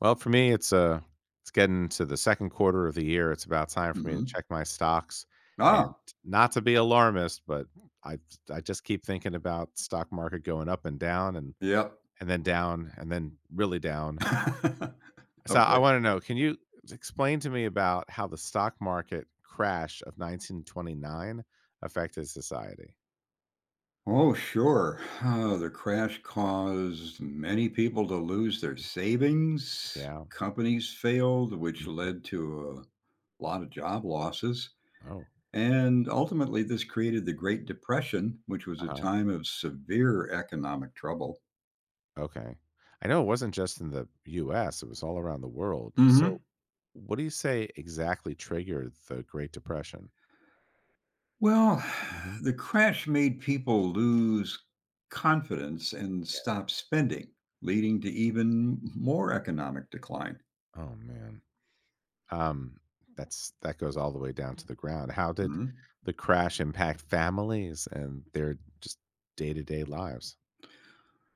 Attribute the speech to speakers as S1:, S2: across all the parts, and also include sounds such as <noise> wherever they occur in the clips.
S1: Well, for me, it's getting to the second quarter of the year. It's about time for me to
S2: Mhm.
S1: check my stocks, and
S2: Ah,
S1: not to be alarmist, but I I just keep thinking about stock market going up and down, and
S2: yep.
S1: then down, and then really down.
S2: <laughs>
S1: So I
S2: Okay.
S1: want to know, can you explain to me about how the stock market crash of 1929 affected society?
S2: Oh, sure. The crash caused many people to lose their savings.
S1: Yeah.
S2: Companies failed, which
S1: Mhm.
S2: led to a lot of job losses.
S1: Oh.
S2: And ultimately, this created the Great Depression, which was a
S1: Uh-huh.
S2: time of severe economic trouble.
S1: Okay. I know it wasn't just in the US, it was all around the world. So,
S2: Mhm.
S1: what do you say exactly triggered the Great Depression?
S2: Well, <sighs>
S1: Mhm.
S2: the crash made people lose confidence and
S1: Yeah.
S2: stop spending, leading to even more economic decline.
S1: Oh man. Um that's that goes all the way down to the ground. How did
S2: Mhm.
S1: the crash impact families and their just day-to-day lives?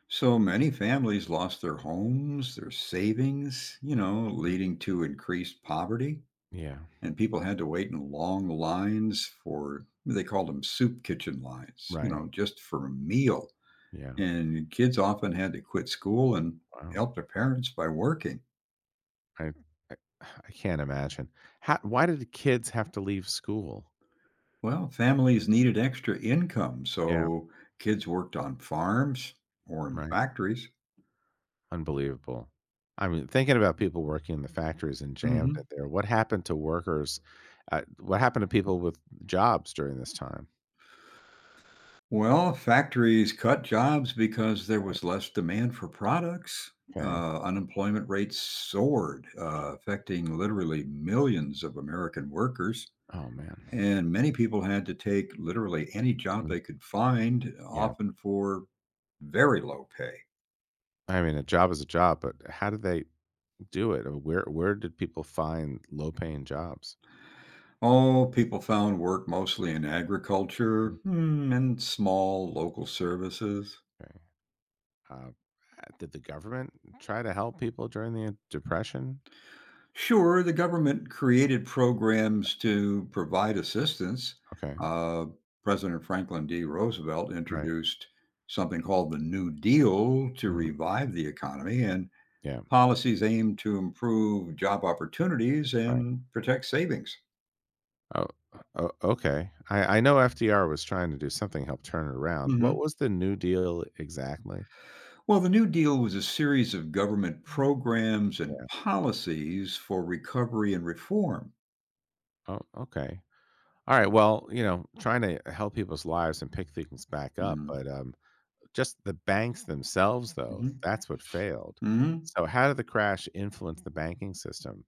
S2: So many families lost their homes, their savings,
S1: Mhm.
S2: leading to increased poverty.
S1: Yeah.
S2: And people had to wait in long lines for, they called them soup kitchen lines, you
S1: Right.
S2: know, just for a meal.
S1: Yeah.
S2: And kids often had to quit school and
S1: Wow.
S2: help their parents by working.
S1: I I, <sighs> I can't imagine. How, why did the kids have to leave school?
S2: Well, families needed extra income,
S1: Yeah.
S2: so kids worked on farms or in
S1: Right.
S2: factories.
S1: Unbelievable. I mean, thinking about people working in the factories and jammed in
S2: hmm
S1: there, what happened to workers? What happened to people with jobs during this time?
S2: Well, factories cut jobs because there
S1: Right,
S2: was less demand for products.
S1: okay.
S2: Unemployment rates soared, affecting literally millions of American workers.
S1: Oh, man.
S2: And many people had to take literally any job
S1: Mhm.
S2: they could find,
S1: Yeah.
S2: often for very low pay.
S1: I mean, a job is a job, but how did they do it? Or where did people find low-paying jobs?
S2: All people found work mostly in agriculture and small local services.
S1: Okay. Uh, did the government try to help people during the depression?
S2: Sure, the government created programs to provide assistance.
S1: Okay.
S2: Uh, President Franklin D. Roosevelt
S1: Right.
S2: introduced something called the New Deal to
S1: Mhm.
S2: revive the economy, and
S1: Yeah.
S2: policies aimed to improve job opportunities
S1: Right.
S2: and protect savings.
S1: Oh, o okay. I know FDR was trying to do something, to help turn it around. What
S2: Mhm.
S1: was the New Deal exactly?
S2: Well, the New Deal was a series of government programs and
S1: Yeah.
S2: policies for recovery and reform.
S1: Oh, okay. Alright, well, you know, trying to help people's lives and pick things back up,
S2: Mhm.
S1: but just the banks themselves, though,
S2: Mhm.
S1: that's what failed.
S2: Mhm.
S1: So how did the crash influence the banking system?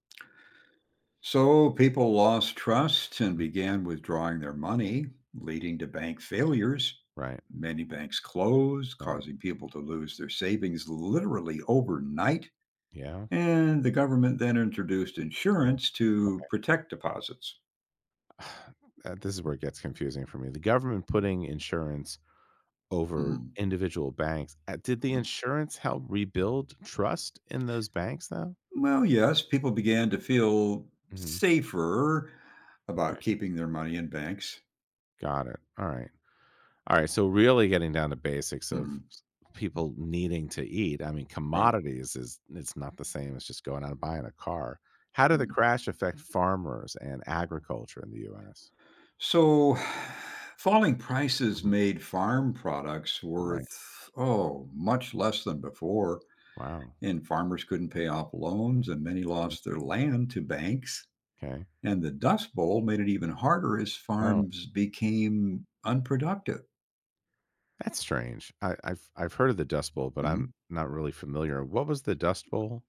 S2: So people lost trust and
S1: Mm,
S2: began withdrawing their money, leading to bank failures.
S1: right,
S2: Many banks closed,
S1: right.
S2: causing people to lose their savings literally overnight.
S1: Yeah?
S2: And the government then introduced
S1: Mm.
S2: insurance to protect deposits.
S1: <sighs> This is where it gets confusing for me. The government putting insurance over
S2: Mhm.
S1: individual banks. Did the insurance help rebuild trust in those banks though?
S2: Well, yes, people began to feel
S1: Hmm.
S2: safer about
S1: Okay,
S2: keeping their money in banks.
S1: got it. All right, all right. So really getting down to basics of
S2: Mhm,
S1: people needing to eat. I mean,
S2: right.
S1: commodities is it's not the same as just going out and buying a car. How did the
S2: Mhm.
S1: crash affect farmers and agriculture in the U.S.?
S2: So, <sighs> falling prices
S1: Mhm.
S2: made farm products
S1: Right.
S2: worth, oh, much less than before.
S1: Wow.
S2: And farmers couldn't pay off loans, and many
S1: Mhm.
S2: lost their land to banks.
S1: Okay.
S2: And the Dust Bowl made it even harder as
S1: Oh,
S2: farms became unproductive.
S1: that's strange. I've heard of the Dust Bowl, but I'm
S2: mm.
S1: not really familiar. What was the Dust Bowl?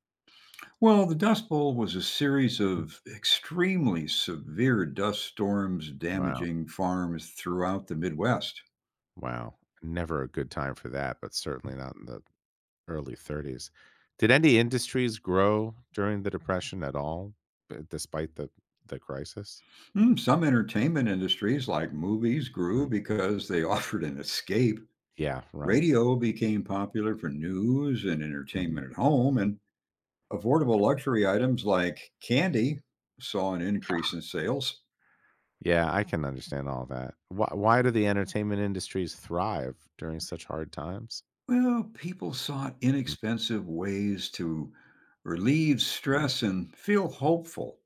S2: Well, the Dust Bowl was a series
S1: Mhm.
S2: of extremely severe dust storms
S1: Wow.
S2: damaging farms throughout the Midwest.
S1: Wow. Never a good time for that, but certainly not in the early 30s. Did any industries grow during the depression at all, despite the crisis?
S2: Mm, some entertainment industries, like movies, grew
S1: Mm,
S2: because they <laughs> offered an escape.
S1: yeah, right.
S2: Radio became popular for news and
S1: Mm.
S2: entertainment at home, and affordable luxury items like candy saw an increase in sales.
S1: Yeah, I can understand all that. Why do the entertainment industries thrive during such hard times?
S2: Well, people sought
S1: Mm,
S2: inexpensive ways to relieve
S1: right.
S2: stress and feel hopeful.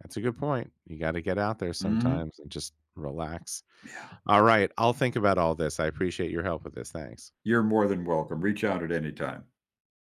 S1: That's a good point. You got to get out there
S2: Mhm.
S1: sometimes and just relax.
S2: Yeah.
S1: All right. I'll think about all this. I appreciate your help with this. Thanks.
S2: You're more than welcome. Reach out at any time.